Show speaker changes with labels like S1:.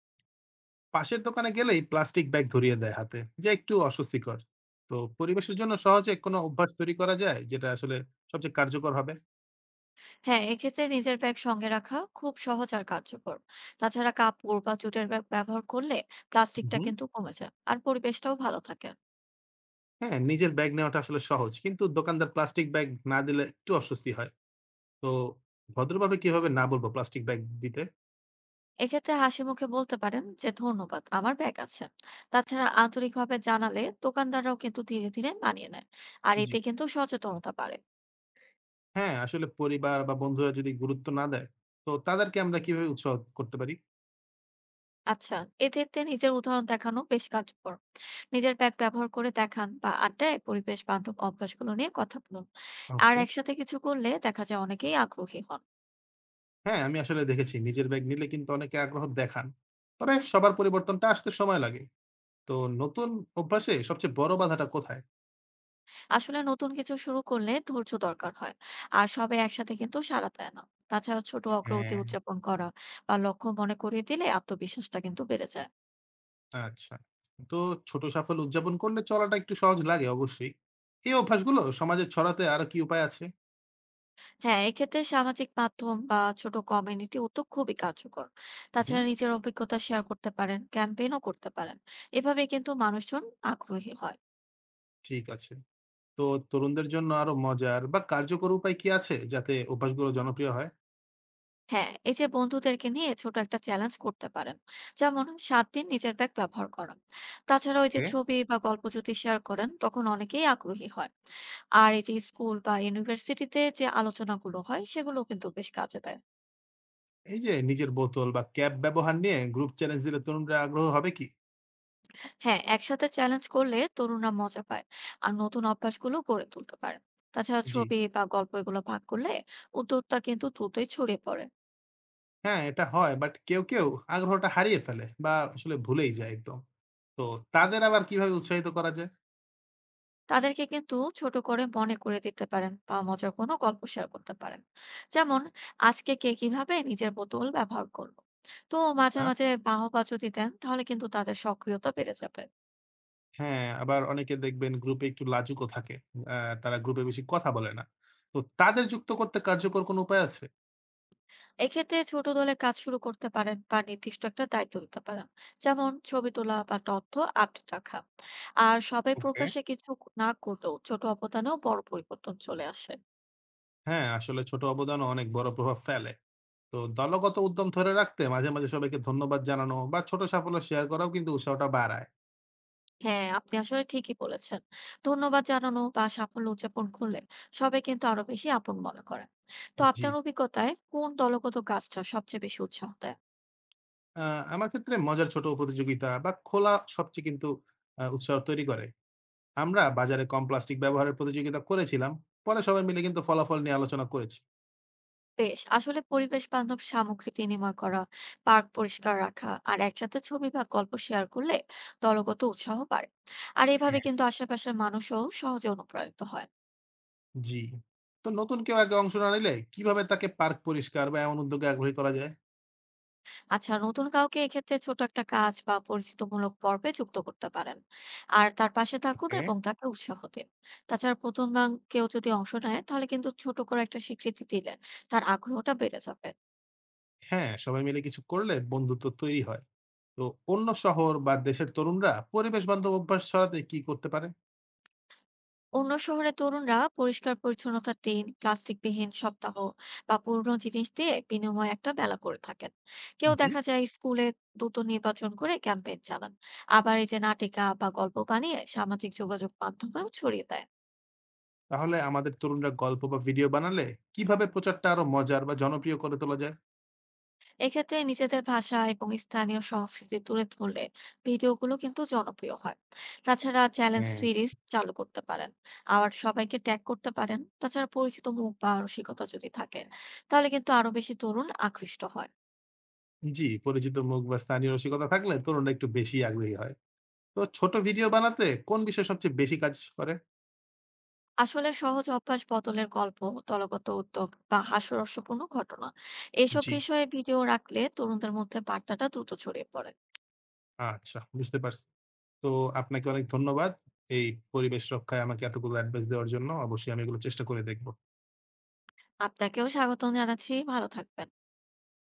S1: পাশের দোকানে গেলেই প্লাস্টিক ব্যাগ ধরিয়ে দেয় হাতে, যা একটু অস্বস্তিকর। তো পরিবেশের জন্য সহজে কোনো অভ্যাস তৈরি করা যায় যেটা আসলে সবচেয়ে কার্যকর হবে?
S2: হ্যাঁ, এক্ষেত্রে নিজের ব্যাগ সঙ্গে রাখা খুব সহজ আর কার্যকর। তাছাড়া কাপড় বা জুটের ব্যাগ ব্যবহার করলে প্লাস্টিকটা
S1: হুম।
S2: কিন্তু কমে যায়, আর পরিবেশটাও ভালো থাকে।
S1: হ্যাঁ, নিজের ব্যাগ নেওয়াটা আসলে সহজ। কিন্তু দোকানদার প্লাস্টিক ব্যাগ না দিলে একটু অস্বস্তি হয়। তো ভদ্রভাবে কিভাবে না বলবো প্লাস্টিক ব্যাগ দিতে?
S2: এক্ষেত্রে হাসি মুখে বলতে পারেন যে, "ধন্যবাদ, আমার ব্যাগ আছে।" তাছাড়া আন্তরিকভাবে জানালে দোকানদাররাও কিন্তু ধীরে ধীরে মানিয়ে নেয়। আর
S1: জি।
S2: এতে কিন্তু সচেতনতা বাড়ে।
S1: হ্যাঁ, আসলে পরিবার বা বন্ধুরা যদি গুরুত্ব না দেয়, তো তাদেরকে আমরা কিভাবে উৎসাহ করতে পারি?
S2: আচ্ছা, এক্ষেত্রে নিজের উদাহরণ দেখানো বেশ কার্যকর। নিজের ব্যাগ ব্যবহার করে দেখান বা আড্ডায় পরিবেশ বান্ধব অভ্যাসগুলো নিয়ে কথা বলুন। আর
S1: ওকে।
S2: একসাথে কিছু করলে দেখা যায় অনেকেই আগ্রহী হন।
S1: হ্যাঁ, আমি আসলে দেখেছি নিজের ব্যাগ নিলে কিন্তু অনেকে আগ্রহ দেখান। তবে সবার পরিবর্তনটা আসতে সময় লাগে। তো নতুন অভ্যাসে সবচেয়ে বড় বাধাটা কোথায়?
S2: আসলে নতুন কিছু শুরু করলে ধৈর্য দরকার হয়, আর সবাই একসাথে কিন্তু সাড়া দেয় না। তাছাড়া ছোট অগ্রগতি
S1: হ্যাঁ,
S2: উদযাপন করা বা লক্ষ্য মনে করিয়ে দিলে আত্মবিশ্বাসটা কিন্তু বেড়ে যায়।
S1: আচ্ছা। তো ছোট সাফল্য উদযাপন করলে চলাটা একটু সহজ লাগে অবশ্যই। এই অভ্যাসগুলো সমাজে ছড়াতে আরো কি উপায় আছে?
S2: হ্যাঁ, এক্ষেত্রে সামাজিক মাধ্যম বা ছোট কমিউনিটি উদ্যোগ খুবই কার্যকর।
S1: হুম।
S2: তাছাড়া নিজের অভিজ্ঞতা শেয়ার করতে পারেন, ক্যাম্পেইনও করতে পারেন। এভাবে কিন্তু মানুষজন আগ্রহী হয়।
S1: ঠিক আছে। তো তরুণদের জন্য আরো মজার বা কার্যকর উপায় কি আছে যাতে অভ্যাসগুলো জনপ্রিয় হয়?
S2: হ্যাঁ, এই যে বন্ধুদেরকে নিয়ে ছোট একটা চ্যালেঞ্জ করতে পারেন, যেমন 7 দিন নিজের ব্যাগ ব্যবহার করা। তাছাড়া ওই যে
S1: ওকে।
S2: ছবি বা গল্প যদি শেয়ার করেন তখন অনেকেই আগ্রহী হয়। আর এই যে স্কুল বা ইউনিভার্সিটিতে যে আলোচনাগুলো হয় সেগুলো কিন্তু বেশ কাজে দেয়।
S1: এই যে নিজের বোতল বা ক্যাপ ব্যবহার নিয়ে গ্রুপ চ্যালেঞ্জ দিলে তরুণরা আগ্রহ হবে কি?
S2: হ্যাঁ, একসাথে চ্যালেঞ্জ করলে তরুণরা মজা পায় আর নতুন অভ্যাসগুলো গড়ে তুলতে পারে। তাছাড়া
S1: জি।
S2: ছবি বা গল্প এগুলো ভাগ করলে উদ্যোক্তা কিন্তু দ্রুতই ছড়িয়ে পড়ে।
S1: হ্যাঁ, এটা হয় বাট কেউ আগ্রহটা হারিয়ে ফেলে বা আসলে ভুলেই যায় একদম। তো তাদের আবার কিভাবে উৎসাহিত করা যায়?
S2: তাদেরকে কিন্তু ছোট করে মনে করে দিতে পারেন বা মজার কোনো গল্প শেয়ার করতে পারেন। যেমন আজকে কে কিভাবে নিজের বোতল ব্যবহার করলো। তো মাঝে
S1: আচ্ছা।
S2: মাঝে বাহবা যদি দেন তাহলে কিন্তু তাদের সক্রিয়তা বেড়ে যাবে।
S1: হ্যাঁ, আবার অনেকে দেখবেন গ্রুপে একটু লাজুকও থাকে। আ তারা গ্রুপে বেশি কথা বলে না। তো তাদের যুক্ত করতে কার্যকর কোনো উপায় আছে?
S2: এক্ষেত্রে ছোট দলে কাজ শুরু করতে পারেন বা নির্দিষ্ট একটা দায়িত্ব দিতে পারেন, যেমন ছবি তোলা বা তথ্য আপডেট রাখা। আর সবাই
S1: ওকে।
S2: প্রকাশে কিছু না করলেও ছোট অবদানেও বড় পরিবর্তন চলে আসে।
S1: হ্যাঁ, আসলে ছোট অবদানও অনেক বড় প্রভাব ফেলে। তো দলগত উদ্যম ধরে রাখতে মাঝে মাঝে সবাইকে ধন্যবাদ জানানো বা ছোট সাফল্য শেয়ার করাও কিন্তু উৎসাহটা বাড়ায়।
S2: হ্যাঁ, আপনি আসলে ঠিকই বলেছেন। ধন্যবাদ জানানো বা সাফল্য উদযাপন করলে সবাই কিন্তু আরো বেশি আপন মনে করে। তো
S1: জি।
S2: আপনার অভিজ্ঞতায় কোন দলগত কাজটা সবচেয়ে বেশি উৎসাহ দেয়?
S1: আ আমার ক্ষেত্রে মজার ছোট প্রতিযোগিতা বা খোলা সবচেয়ে কিন্তু উৎসাহ তৈরি করে। আমরা বাজারে কম প্লাস্টিক ব্যবহারের প্রতিযোগিতা করেছিলাম। পরে সবাই মিলে কিন্তু ফলাফল নিয়ে আলোচনা করেছি।
S2: বেশ, আসলে পরিবেশ বান্ধব সামগ্রী বিনিময় করা, পার্ক পরিষ্কার রাখা আর একসাথে ছবি বা গল্প শেয়ার করলে দলগত উৎসাহ বাড়ে। আর এভাবে কিন্তু আশেপাশের মানুষও সহজে অনুপ্রাণিত হয়।
S1: জি। তো নতুন কেউ আগে অংশ না নিলে কিভাবে তাকে পার্ক পরিষ্কার বা এমন উদ্যোগে আগ্রহী করা যায়?
S2: আচ্ছা, নতুন কাউকে এক্ষেত্রে ছোট একটা কাজ বা পরিচিতিমূলক পর্বে যুক্ত করতে পারেন। আর তার পাশে থাকুন
S1: ওকে।
S2: এবং তাকে উৎসাহ দিন। তাছাড়া প্রথমবার কেউ যদি অংশ নেয় তাহলে কিন্তু ছোট করে একটা স্বীকৃতি দিলে তার আগ্রহটা বেড়ে যাবে।
S1: হ্যাঁ, সবাই মিলে কিছু করলে বন্ধুত্ব তৈরি হয়। তো অন্য শহর বা দেশের তরুণরা পরিবেশ বান্ধব অভ্যাস ছড়াতে কি করতে পারে?
S2: অন্য শহরে তরুণরা পরিষ্কার পরিচ্ছন্নতার দিন, প্লাস্টিকবিহীন সপ্তাহ বা পুরনো জিনিস দিয়ে বিনিময়ে একটা মেলা করে থাকেন। কেউ
S1: হুম।
S2: দেখা যায় স্কুলে দ্রুত নির্বাচন করে ক্যাম্পেইন চালান। আবার এই যে নাটিকা বা গল্প বানিয়ে সামাজিক যোগাযোগ মাধ্যমেও ছড়িয়ে দেয়।
S1: তাহলে আমাদের তরুণরা গল্প বা ভিডিও বানালে কিভাবে প্রচারটা আরো মজার বা জনপ্রিয় করে তোলা যায়?
S2: এক্ষেত্রে নিজেদের ভাষা এবং স্থানীয় সংস্কৃতি তুলে ধরলে ভিডিওগুলো কিন্তু জনপ্রিয় হয়। তাছাড়া চ্যালেঞ্জ
S1: হ্যাঁ।
S2: সিরিজ চালু করতে পারেন, আবার সবাইকে ট্যাগ করতে পারেন। তাছাড়া পরিচিত মুখ বা রসিকতা যদি থাকে তাহলে কিন্তু আরো বেশি তরুণ আকৃষ্ট হয়।
S1: জি, পরিচিত মুখ বা স্থানীয় রসিকতা থাকলে তরুণরা একটু বেশি আগ্রহী হয়। তো ছোট ভিডিও বানাতে কোন বিষয় সবচেয়ে বেশি কাজ করে?
S2: আসলে সহজ অভ্যাস বদলের গল্প, দলগত উদ্যোগ বা হাস্যরসপূর্ণ ঘটনা, এইসব
S1: জি,
S2: বিষয়ে ভিডিও রাখলে তরুণদের মধ্যে বার্তাটা দ্রুত ছড়িয়ে পড়ে।
S1: আচ্ছা বুঝতে পারছি। তো আপনাকে অনেক ধন্যবাদ। এই পরিবেশ রক্ষায় আমাকে এতগুলো এডভাইস দেওয়ার জন্য। অবশ্যই আমি এগুলো চেষ্টা করে দেখব।
S2: আপনাকেও স্বাগতম জানাচ্ছি, ভালো থাকবেন।